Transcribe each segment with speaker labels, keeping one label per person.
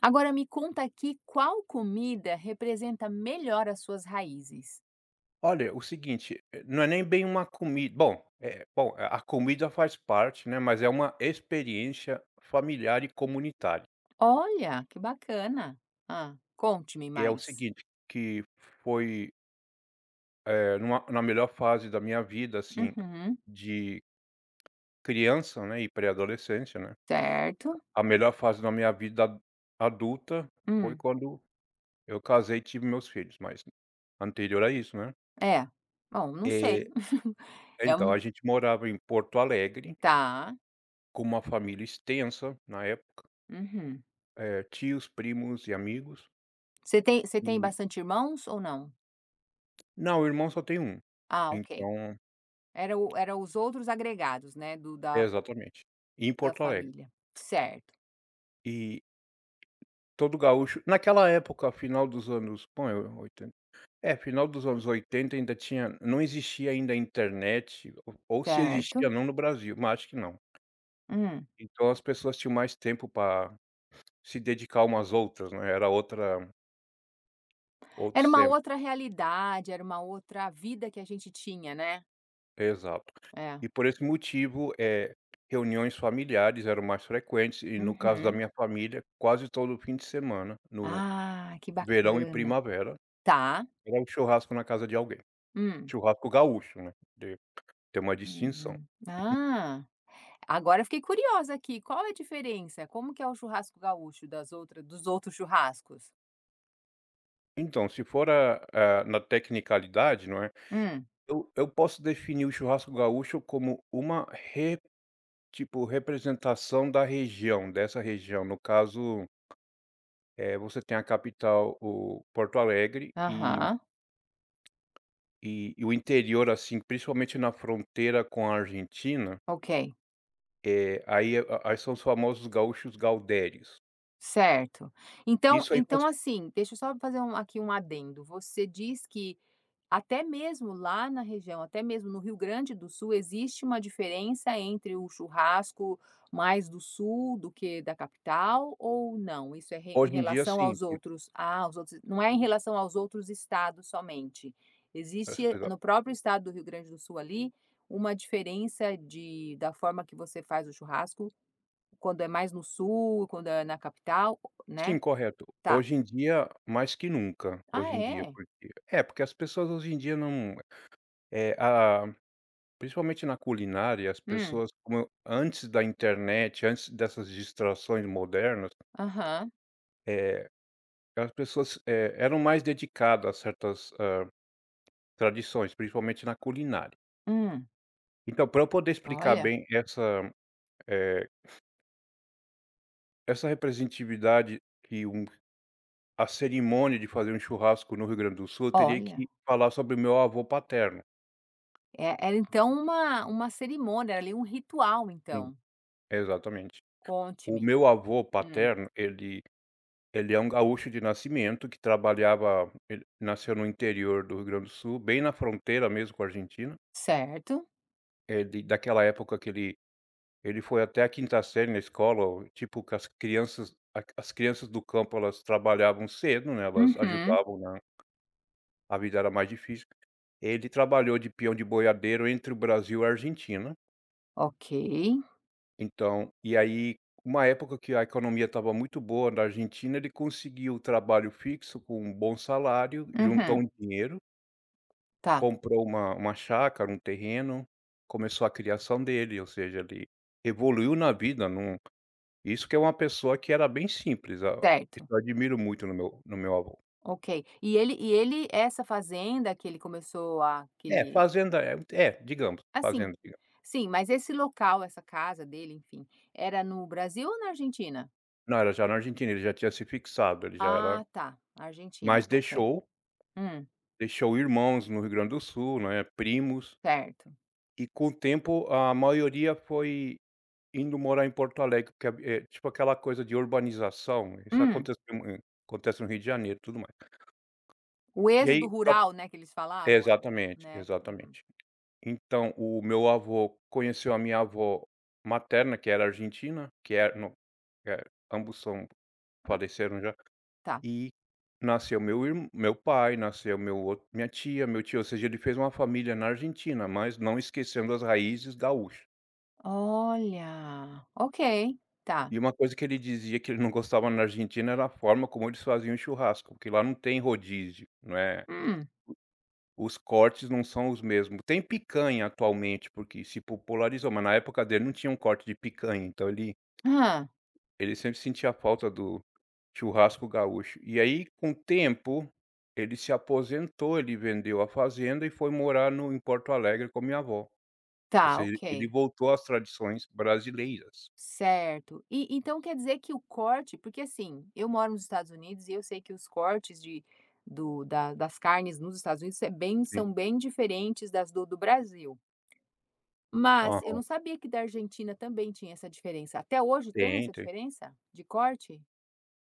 Speaker 1: Agora me conta aqui qual comida representa melhor as suas raízes.
Speaker 2: Olha, o seguinte, não é nem bem uma comida, bom, a comida faz parte, né, mas é uma experiência familiar e comunitária.
Speaker 1: Olha, que bacana. Ah, conte-me
Speaker 2: E é o
Speaker 1: mais.
Speaker 2: seguinte, que foi, eh, numa na melhor fase da minha vida, assim,
Speaker 1: Uhum,
Speaker 2: de criança, né, e pré-adolescência, né.
Speaker 1: certo.
Speaker 2: A melhor fase da minha vida adulta foi
Speaker 1: Hum,
Speaker 2: quando eu casei e tive meus filhos, mas anterior a isso, né.
Speaker 1: é. Bom, não
Speaker 2: Eh,
Speaker 1: sei. É
Speaker 2: então,
Speaker 1: um.
Speaker 2: a gente morava em Porto Alegre
Speaker 1: Tá.
Speaker 2: com uma família extensa na época.
Speaker 1: Uhum.
Speaker 2: Tios, primos e amigos.
Speaker 1: Você tem
Speaker 2: E
Speaker 1: bastante irmãos ou não?
Speaker 2: não, o irmão só tem um.
Speaker 1: Ah, ok.
Speaker 2: Então,
Speaker 1: Era, o- era os outros agregados, né, do, da,
Speaker 2: exatamente. Em
Speaker 1: da
Speaker 2: Porto Alegre.
Speaker 1: família. Certo,
Speaker 2: E todo gaúcho naquela época, final dos anos 80, ainda tinha não existia ainda a internet, ou se
Speaker 1: certo.
Speaker 2: existia não no Brasil, mas acho que não.
Speaker 1: Hum.
Speaker 2: Então as pessoas tinham mais tempo para se dedicar umas outras, né, era outra
Speaker 1: Era
Speaker 2: outros
Speaker 1: uma
Speaker 2: tempos.
Speaker 1: outra realidade, era uma outra vida que a gente tinha, né?
Speaker 2: Exato.
Speaker 1: É.
Speaker 2: E por esse motivo, reuniões familiares eram mais frequentes e no caso da
Speaker 1: Uhum.
Speaker 2: minha família, quase todo fim de semana, no
Speaker 1: Ah, que
Speaker 2: verão e
Speaker 1: bacana.
Speaker 2: primavera,
Speaker 1: Tá.
Speaker 2: era um churrasco na casa de alguém.
Speaker 1: Hum.
Speaker 2: Churrasco gaúcho, né, de tem uma distinção.
Speaker 1: Uhum. Ah, agora eu fiquei curiosa aqui, qual é a diferença? Como que é o churrasco gaúcho das outras dos outros churrascos?
Speaker 2: Então, se for a na tecnicalidade, não é,
Speaker 1: Hum.
Speaker 2: eu posso definir o churrasco gaúcho como uma re tipo, representação da região, dessa região. No caso, você tem a capital, o Porto Alegre. e
Speaker 1: Aham.
Speaker 2: E e o interior, assim, principalmente na fronteira com a Argentina,
Speaker 1: Ok,
Speaker 2: é aí a aí são os famosos gaúchos gaudérios.
Speaker 1: certo. Então
Speaker 2: Isso aí
Speaker 1: então
Speaker 2: faz
Speaker 1: assim, deixa eu só fazer um aqui um adendo, você diz que até mesmo lá na região, até mesmo no Rio Grande do Sul, existe uma diferença entre o churrasco mais do sul do que da capital ou não? Isso é re em
Speaker 2: Hoje em dia,
Speaker 1: relação
Speaker 2: sim,
Speaker 1: aos outros, ah, aos outros, não é em relação aos outros estados somente.
Speaker 2: as
Speaker 1: Existe
Speaker 2: pessoas-
Speaker 1: no próprio estado do Rio Grande do Sul ali, uma diferença de da forma que você faz o churrasco, quando é mais no sul, quando é na capital,
Speaker 2: Sim,
Speaker 1: né?
Speaker 2: correto.
Speaker 1: Tá.
Speaker 2: Hoje em dia, mais que nunca,
Speaker 1: Ah
Speaker 2: hoje em dia,
Speaker 1: é?
Speaker 2: porque as pessoas hoje em dia, não é a principalmente na culinária, as
Speaker 1: Hum.
Speaker 2: pessoas, como antes da internet, antes dessas distrações modernas,
Speaker 1: Aham.
Speaker 2: é as pessoas, eram mais dedicadas a certas, tradições, principalmente na culinária.
Speaker 1: Hum.
Speaker 2: Então, para eu poder explicar
Speaker 1: Olha,
Speaker 2: bem essa, eh, essa representatividade que a cerimônia de fazer um churrasco no Rio Grande do Sul, eu teria
Speaker 1: olha.
Speaker 2: que falar sobre o meu avô paterno.
Speaker 1: É, era então uma cerimônia, era ali um ritual
Speaker 2: Sim,
Speaker 1: então?
Speaker 2: exatamente. O
Speaker 1: Conte-me.
Speaker 2: meu avô
Speaker 1: Hum,
Speaker 2: paterno, ele é um gaúcho de nascimento que trabalhava ele nasceu no interior do Rio Grande do Sul, bem na fronteira mesmo com a Argentina.
Speaker 1: certo.
Speaker 2: Ele, daquela época que ele foi até a quinta série na escola, tipo que as crianças, a as crianças do campo, elas trabalhavam cedo, né, elas
Speaker 1: Uhum.
Speaker 2: ajudavam. A vida era mais difícil. Ele trabalhou de peão de boiadeiro entre o Brasil e a Argentina.
Speaker 1: Ok.
Speaker 2: Então, e aí, uma época que a economia estava muito boa na Argentina, ele conseguiu trabalho fixo com um bom salário, juntou
Speaker 1: Uhum.
Speaker 2: um dinheiro,
Speaker 1: Tá,
Speaker 2: comprou uma chácara, um terreno, começou a criação dele, ou seja, ele evoluiu na vida, num isso que é, uma pessoa que era bem simples, isso
Speaker 1: certo.
Speaker 2: eu admiro muito no meu, no meu avô.
Speaker 1: Ok. E ele, essa fazenda que ele começou, a que
Speaker 2: É,
Speaker 1: ele
Speaker 2: fazenda é, digamos,
Speaker 1: assim,
Speaker 2: fazenda.
Speaker 1: sim, mas esse local, essa casa dele, enfim, era no Brasil ou na Argentina?
Speaker 2: Não, era já na Argentina, ele já tinha se fixado, ele já era,
Speaker 1: Ah, tá, Argentina,
Speaker 2: mas
Speaker 1: ok.
Speaker 2: deixou,
Speaker 1: Hum,
Speaker 2: irmãos no Rio Grande do Sul, né, primos.
Speaker 1: certo.
Speaker 2: E com o tempo a maioria foi indo morar em Porto Alegre, porque é tipo aquela coisa de urbanização, isso
Speaker 1: Hum,
Speaker 2: acontece acontece no Rio de Janeiro, tudo mais.
Speaker 1: o
Speaker 2: E
Speaker 1: êxodo
Speaker 2: aí só
Speaker 1: rural, né, que eles
Speaker 2: é,
Speaker 1: falavam, era o
Speaker 2: exatamente,
Speaker 1: né, uhum.
Speaker 2: exatamente. Então o meu avô conheceu a minha avó materna, que era argentina, que era no eh, ambos são
Speaker 1: Ah,
Speaker 2: faleceram já.
Speaker 1: tá.
Speaker 2: E nasceu meu pai, nasceu meu outro minha tia, meu tio, ou seja, ele fez uma família na Argentina, mas não esquecendo as raízes gaúcha.
Speaker 1: Olha, ok, tá.
Speaker 2: E uma coisa que ele dizia que ele não gostava na Argentina era a forma como eles faziam o churrasco, porque lá não tem rodízio, não é?
Speaker 1: Hum,
Speaker 2: Os cortes não são os mesmos. Tem picanha atualmente, porque se popularizou, mas na época dele não tinha um corte de picanha, então
Speaker 1: hã,
Speaker 2: ele sempre sentia falta do churrasco gaúcho. E aí, com o tempo, ele se aposentou, ele vendeu a fazenda e foi morar no em Porto Alegre com a minha avó. Ou
Speaker 1: tá,
Speaker 2: seja,
Speaker 1: ok,
Speaker 2: ele voltou às tradições brasileiras.
Speaker 1: certo. E então quer dizer que o corte, porque assim, eu moro nos Estados Unidos e eu sei que os cortes de do da das carnes nos Estados Unidos é bem
Speaker 2: Sim.
Speaker 1: são bem diferentes das do do Brasil. Mas eu
Speaker 2: Aham.
Speaker 1: não sabia que da Argentina também tinha essa diferença. Até hoje tem
Speaker 2: Tem,
Speaker 1: essa
Speaker 2: tem.
Speaker 1: diferença de corte?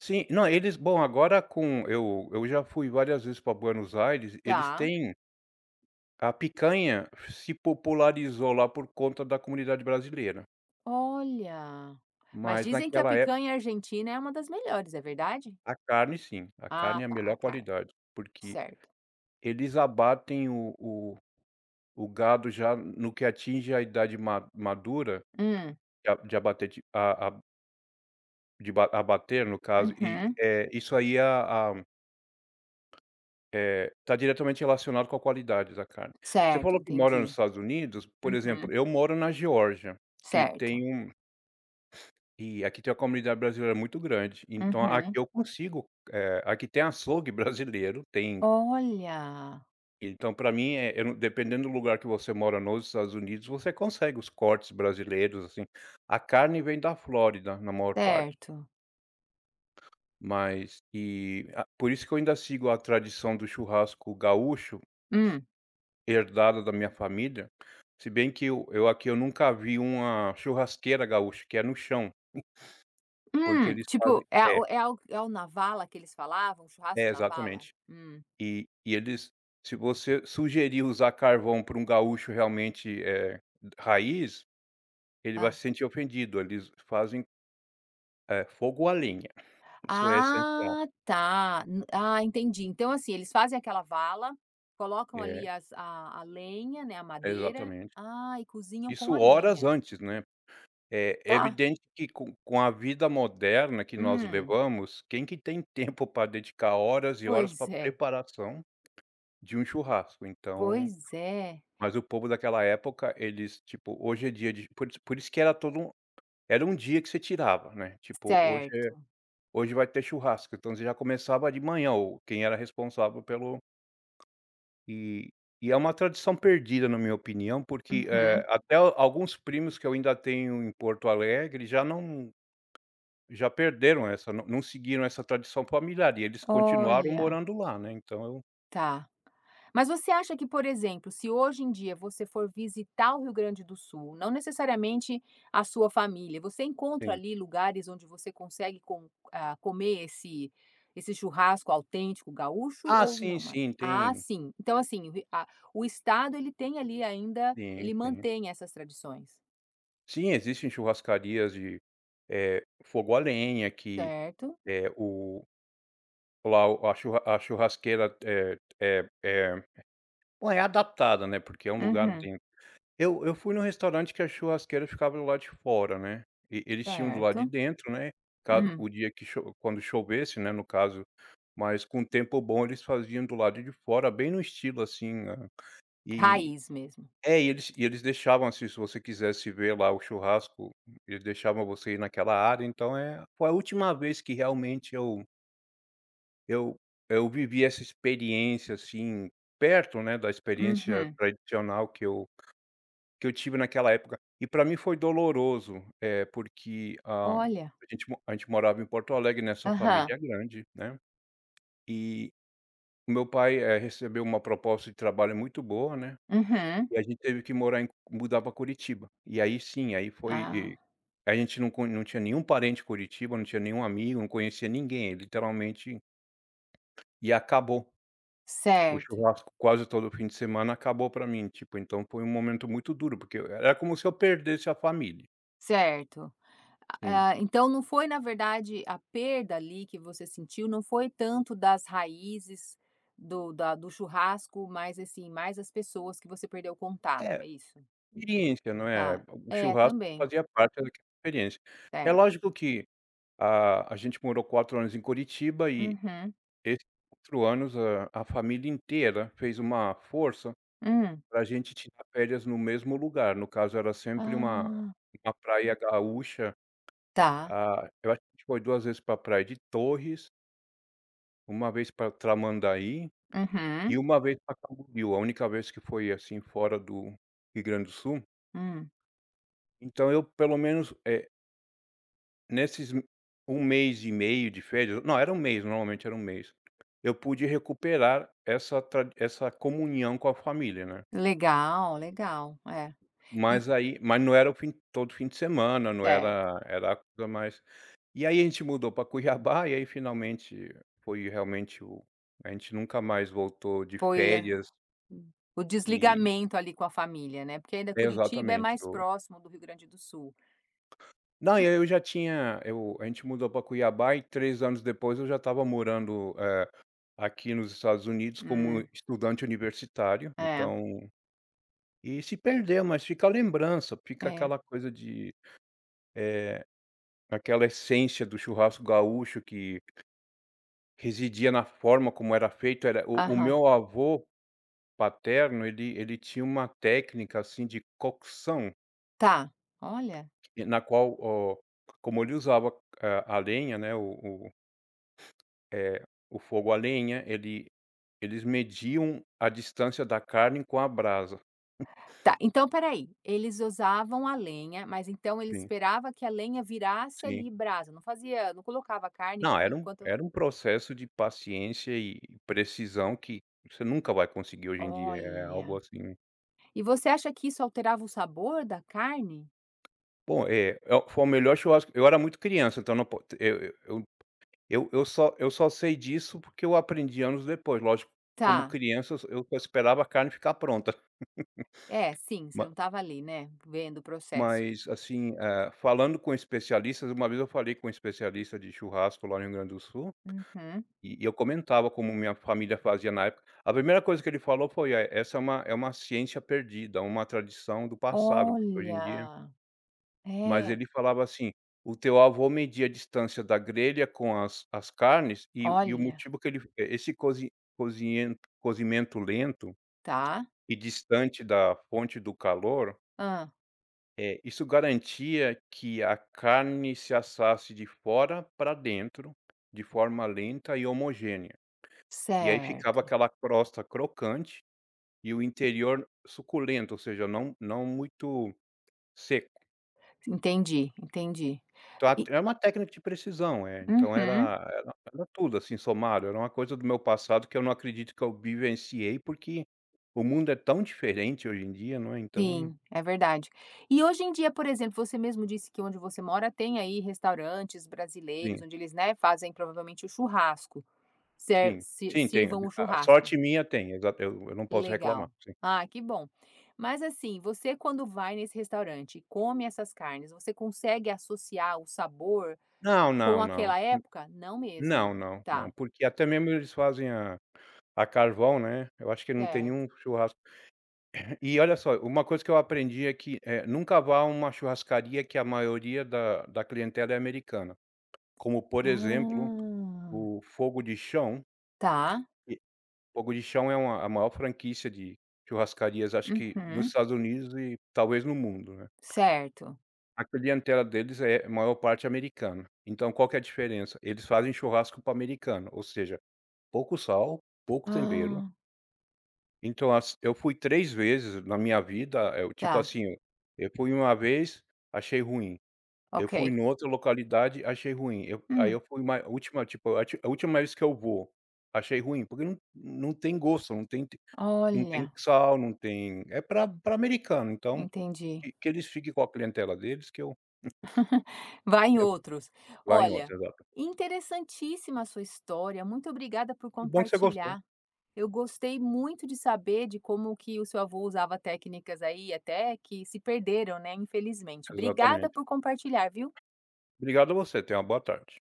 Speaker 2: Sim, não, eles, bom, agora com eu já fui várias vezes para Buenos Aires, eles
Speaker 1: Tá,
Speaker 2: têm, a picanha se popularizou lá por conta da comunidade brasileira,
Speaker 1: olha. Mas
Speaker 2: mas
Speaker 1: dizem que a
Speaker 2: naquela época
Speaker 1: picanha argentina é uma das melhores, é verdade?
Speaker 2: a carne, sim, a
Speaker 1: Ah,
Speaker 2: carne é a
Speaker 1: tá, a
Speaker 2: melhor
Speaker 1: carne,
Speaker 2: qualidade, porque
Speaker 1: certo.
Speaker 2: eles abatem o gado já no que atinge a idade ma madura,
Speaker 1: Hum,
Speaker 2: de a de abater de a de ba abater, no caso, e,
Speaker 1: uhum.
Speaker 2: isso aí está diretamente relacionado com a qualidade da carne. Você
Speaker 1: Certo,
Speaker 2: falou que mora nos
Speaker 1: entendi.
Speaker 2: Estados Unidos, por
Speaker 1: Uhum.
Speaker 2: exemplo. Eu moro na Geórgia, que
Speaker 1: Certo.
Speaker 2: tem um e aqui tem uma comunidade brasileira muito grande, então aqui
Speaker 1: Uhum.
Speaker 2: eu consigo, aqui tem açougue brasileiro, tem.
Speaker 1: Olha!
Speaker 2: Então, para mim, eh, eu não dependendo do lugar que você mora nos Estados Unidos, você consegue os cortes brasileiros, assim. A carne vem da Flórida, na maior parte,
Speaker 1: Certo.
Speaker 2: mas e a por isso que eu ainda sigo a tradição do churrasco gaúcho,
Speaker 1: Hum,
Speaker 2: herdada da minha família. Se bem que eu aqui eu nunca vi uma churrasqueira gaúcha, que é no chão, porque eles
Speaker 1: Tipo,
Speaker 2: fazem.
Speaker 1: é
Speaker 2: é,
Speaker 1: o é o é o na vala que eles falavam? Um
Speaker 2: é,
Speaker 1: churrasco na vala?
Speaker 2: exatamente.
Speaker 1: Hum.
Speaker 2: E eles, se você sugerir usar carvão para um gaúcho realmente, raiz, ele vai
Speaker 1: ah
Speaker 2: se sentir ofendido. Eles fazem, fogo à lenha, isso é essencial.
Speaker 1: Ah, tá. N Ah, entendi. Então, assim, eles fazem aquela vala, colocam
Speaker 2: É,
Speaker 1: ali as a lenha, né, a madeira.
Speaker 2: exatamente.
Speaker 1: Ah, e cozinham com
Speaker 2: Isso
Speaker 1: a
Speaker 2: horas
Speaker 1: lenha.
Speaker 2: antes, né. É
Speaker 1: Tá.
Speaker 2: evidente que com a vida moderna que nós
Speaker 1: Hum.
Speaker 2: levamos, quem que tem tempo para dedicar horas e horas
Speaker 1: Pois
Speaker 2: para
Speaker 1: é,
Speaker 2: preparação de um churrasco? Então,
Speaker 1: pois é.
Speaker 2: mas o povo daquela época, eles, tipo, hoje é dia de por isso que era todo um era um dia que você tirava, né, tipo,
Speaker 1: Certo.
Speaker 2: hoje vai ter churrasco, então você já começava de manhã, ou quem era responsável pelo. E e é uma tradição perdida, na minha opinião, porque,
Speaker 1: Uhum.
Speaker 2: até alguns primos que eu ainda tenho em Porto Alegre já não. Já perderam essa, não seguiram essa tradição familiar, e eles continuaram
Speaker 1: Olha,
Speaker 2: morando lá, né, então eu
Speaker 1: tá. Mas você acha que, por exemplo, se hoje em dia você for visitar o Rio Grande do Sul, não necessariamente a sua família, você encontra
Speaker 2: tenho.
Speaker 1: ali lugares onde você consegue ah, comer esse esse churrasco autêntico gaúcho
Speaker 2: Ah,
Speaker 1: ou
Speaker 2: sim,
Speaker 1: não mais?
Speaker 2: sim,
Speaker 1: Ah,
Speaker 2: tem.
Speaker 1: sim. Então, assim, o estado, ele tem ali ainda,
Speaker 2: Sim,
Speaker 1: ele
Speaker 2: sim.
Speaker 1: mantém essas tradições,
Speaker 2: Sim, existem churrascarias de, fogo a lenha que,
Speaker 1: certo?
Speaker 2: eh, o lá o a churra a churrasqueira é bom, é adaptada, né, porque é um lugar.
Speaker 1: Uhum,
Speaker 2: Eu fui num restaurante que a churrasqueira ficava do lado de fora, né, e eles tinham do lado de
Speaker 1: certo.
Speaker 2: dentro, né, ca
Speaker 1: Uhum.
Speaker 2: o dia que cho quando chovesse, né, no caso, mas com tempo bom eles faziam do lado de fora, bem no estilo, assim, hã, e
Speaker 1: Raiz mesmo.
Speaker 2: e eles deixavam, assim, se você quisesse ver lá o churrasco, eles deixavam você ir naquela área. Então, foi a última vez que realmente eu eu vivi essa experiência, assim, perto, né, da experiência
Speaker 1: Uhum.
Speaker 2: tradicional que eu tive naquela época. E para mim foi doloroso, porque,
Speaker 1: Olha.
Speaker 2: a gente morava em Porto Alegre, nessa
Speaker 1: Aham.
Speaker 2: família é grande, né, e o meu pai, recebeu uma proposta de trabalho muito boa, né,
Speaker 1: Uhum.
Speaker 2: e a gente teve que morar em mudar pra Curitiba. E aí, sim, aí foi
Speaker 1: Ah,
Speaker 2: e a gente não tinha nenhum parente em Curitiba, não tinha nenhum amigo, não conhecia ninguém, literalmente. E acabou. O
Speaker 1: certo,
Speaker 2: churrasco quase todo fim de semana acabou para mim, tipo, então foi um momento muito duro, porque era como se eu perdesse a família,
Speaker 1: certo.
Speaker 2: sim.
Speaker 1: Ah, ah, então não foi, na verdade, a perda ali que você sentiu, não foi tanto das raízes do da do churrasco, mas, assim, mais as pessoas que você perdeu o contato,
Speaker 2: É.
Speaker 1: é isso?
Speaker 2: Experiência, não é?
Speaker 1: Tá.
Speaker 2: O
Speaker 1: É,
Speaker 2: churrasco
Speaker 1: também.
Speaker 2: fazia parte daquela experiência. É
Speaker 1: Certo.
Speaker 2: lógico que a gente morou 4 anos em Curitiba, e
Speaker 1: Uhum.
Speaker 2: esses 4 anos a família inteira fez uma força
Speaker 1: Hum.
Speaker 2: para a gente tirar férias no mesmo lugar, no caso era sempre
Speaker 1: Ah,
Speaker 2: uma praia gaúcha.
Speaker 1: tá.
Speaker 2: Eu acho que a gente foi 2 vezes pra praia de Torres, uma vez para Tramandaí e
Speaker 1: Uhum.
Speaker 2: uma vez para Camboriú, a única vez que foi, assim, fora do Rio Grande do Sul.
Speaker 1: Hum.
Speaker 2: Então eu, pelo menos, Nesses m- um mês e meio de férias. Não, era um mês, normalmente era um mês. Eu pude recuperar essa, trad essa comunhão com a família, né.
Speaker 1: Legal, legal. É. E
Speaker 2: Mas não era o fim todo fim de semana, não
Speaker 1: certo.
Speaker 2: era, a coisa mais. E aí a gente mudou para Cuiabá, e aí finalmente foi realmente o a gente nunca mais voltou de
Speaker 1: Foi, eh,
Speaker 2: férias.
Speaker 1: o
Speaker 2: e
Speaker 1: desligamento ali com a família, né, porque ainda Curitiba é
Speaker 2: Exatamente,
Speaker 1: mais
Speaker 2: o
Speaker 1: próximo do Rio Grande do Sul.
Speaker 2: não, e
Speaker 1: E
Speaker 2: aí eu já tinha, eu a gente mudou para Cuiabá e 3 anos depois eu já estava morando aqui nos Estados Unidos como
Speaker 1: hum,
Speaker 2: estudante universitário,
Speaker 1: é,
Speaker 2: então se perdeu, mas fica a lembrança, fica
Speaker 1: é.
Speaker 2: aquela coisa de, eh, aquela essência do churrasco gaúcho que residia na forma como era feito, era o
Speaker 1: Aham.
Speaker 2: meu avô paterno, ele tinha uma técnica, assim, de cocção,
Speaker 1: Tá, olha.
Speaker 2: oh, como ele usava a lenha, né, o, eh, o fogo a lenha, eles mediam a distância da carne com a brasa.
Speaker 1: Tá, então espera aí, eles usavam a lenha, mas então ele
Speaker 2: Sim,
Speaker 1: esperava que a lenha virasse
Speaker 2: sim.
Speaker 1: ali brasa, não fazia não colocava carne
Speaker 2: Não,
Speaker 1: quando
Speaker 2: era um,
Speaker 1: enquanto
Speaker 2: processo de paciência e precisão que você nunca vai conseguir hoje em dia, é algo
Speaker 1: olha.
Speaker 2: assim.
Speaker 1: E você acha que isso alterava o sabor da carne?
Speaker 2: Bom, foi o melhor churrasco. Eu era muito criança, então não po eu eu só sei disso porque eu aprendi anos depois, lógico. Como
Speaker 1: Tá.
Speaker 2: criança eu só esperava a carne ficar pronta.
Speaker 1: É, sim, você
Speaker 2: Ma
Speaker 1: não estava ali, né, vendo o processo.
Speaker 2: Mas assim, falando com especialistas, uma vez eu falei com um especialista de churrasco lá no Rio Grande do Sul.
Speaker 1: Uhum.
Speaker 2: E eu comentava como minha família fazia na época. A primeira coisa que ele falou foi: "É, essa é uma ciência perdida, uma tradição do passado, porque hoje em dia."
Speaker 1: Olha.
Speaker 2: Mas
Speaker 1: É,
Speaker 2: ele falava assim: "O teu avô media a distância da grelha com as carnes, e o
Speaker 1: olha.
Speaker 2: motivo que ele eh, esse cozimento lento
Speaker 1: Tá.
Speaker 2: e distante da fonte do calor,
Speaker 1: Ah.
Speaker 2: isso garantia que a carne se assasse de fora para dentro, de forma lenta e homogênea." E aí ficava
Speaker 1: Certo.
Speaker 2: aquela crosta crocante e o interior suculento, ou seja, não muito seco.
Speaker 1: Entendi, entendi.
Speaker 2: Então, a
Speaker 1: E
Speaker 2: é uma técnica de precisão.
Speaker 1: uhum.
Speaker 2: Era tudo, assim, somado, era uma coisa do meu passado que eu não acredito que eu vivenciei, porque o mundo é tão diferente hoje em dia, não é. Então,
Speaker 1: Sim, é verdade. E hoje em dia, por exemplo, você mesmo disse que onde você mora tem aí restaurantes brasileiros,
Speaker 2: sim,
Speaker 1: onde eles, né, fazem provavelmente o churrasco,
Speaker 2: sim. Sim, tem.
Speaker 1: sirvam o
Speaker 2: A
Speaker 1: churrasco.
Speaker 2: sorte minha, tem, exato, eu não posso reclamar,
Speaker 1: Legal.
Speaker 2: sim.
Speaker 1: Ah, que bom. Mas assim, você quando vai nesse restaurante e come essas carnes, você consegue associar o sabor
Speaker 2: Não,
Speaker 1: com
Speaker 2: não, não.
Speaker 1: aquela época? Não
Speaker 2: Não,
Speaker 1: mesmo.
Speaker 2: não,
Speaker 1: Tá,
Speaker 2: não, porque até mesmo eles fazem a carvão, né, eu acho que não tem
Speaker 1: certo.
Speaker 2: nenhum churrasco. E olha só, uma coisa que eu aprendi é que, nunca vá a uma churrascaria que a maioria da clientela é americana, como, por exemplo,
Speaker 1: Ah,
Speaker 2: o Fogo de Chão.
Speaker 1: tá.
Speaker 2: e Fogo de Chão é uma a maior franquia de churrascarias, acho que nos
Speaker 1: Uhum,
Speaker 2: Estados Unidos e talvez no mundo, né.
Speaker 1: certo.
Speaker 2: A clientela deles é a maior parte americana. Então qual que é a diferença? Eles fazem churrasco para americano, ou seja, pouco sal, pouco tempero.
Speaker 1: Ah,
Speaker 2: Então, ass eu fui 3 vezes na minha vida. Eu, tipo
Speaker 1: tá,
Speaker 2: assim, eu fui uma vez, achei ruim. Eu
Speaker 1: ok.
Speaker 2: fui em outra localidade, achei ruim. Eu aí
Speaker 1: Hum.
Speaker 2: eu fui ma última tipo, a última vez que eu vou, achei ruim, porque não tem gosto, não tem, não tem
Speaker 1: Olha,
Speaker 2: sal, não tem, é para, pra americano. Então
Speaker 1: entendi.
Speaker 2: que eles fiquem com a clientela deles, que eu,
Speaker 1: Vai em
Speaker 2: eu
Speaker 1: outros.
Speaker 2: vá em outra,
Speaker 1: Olha,
Speaker 2: exato.
Speaker 1: interessantíssima a sua história. Muito obrigada por
Speaker 2: Que bom que você gostou.
Speaker 1: compartilhar. Eu gostei muito de saber de como que o seu avô usava técnicas aí, até que se perderam, né, infelizmente. Obrigada
Speaker 2: Exatamente.
Speaker 1: por compartilhar, viu?
Speaker 2: Obrigado a você, tenha uma boa tarde.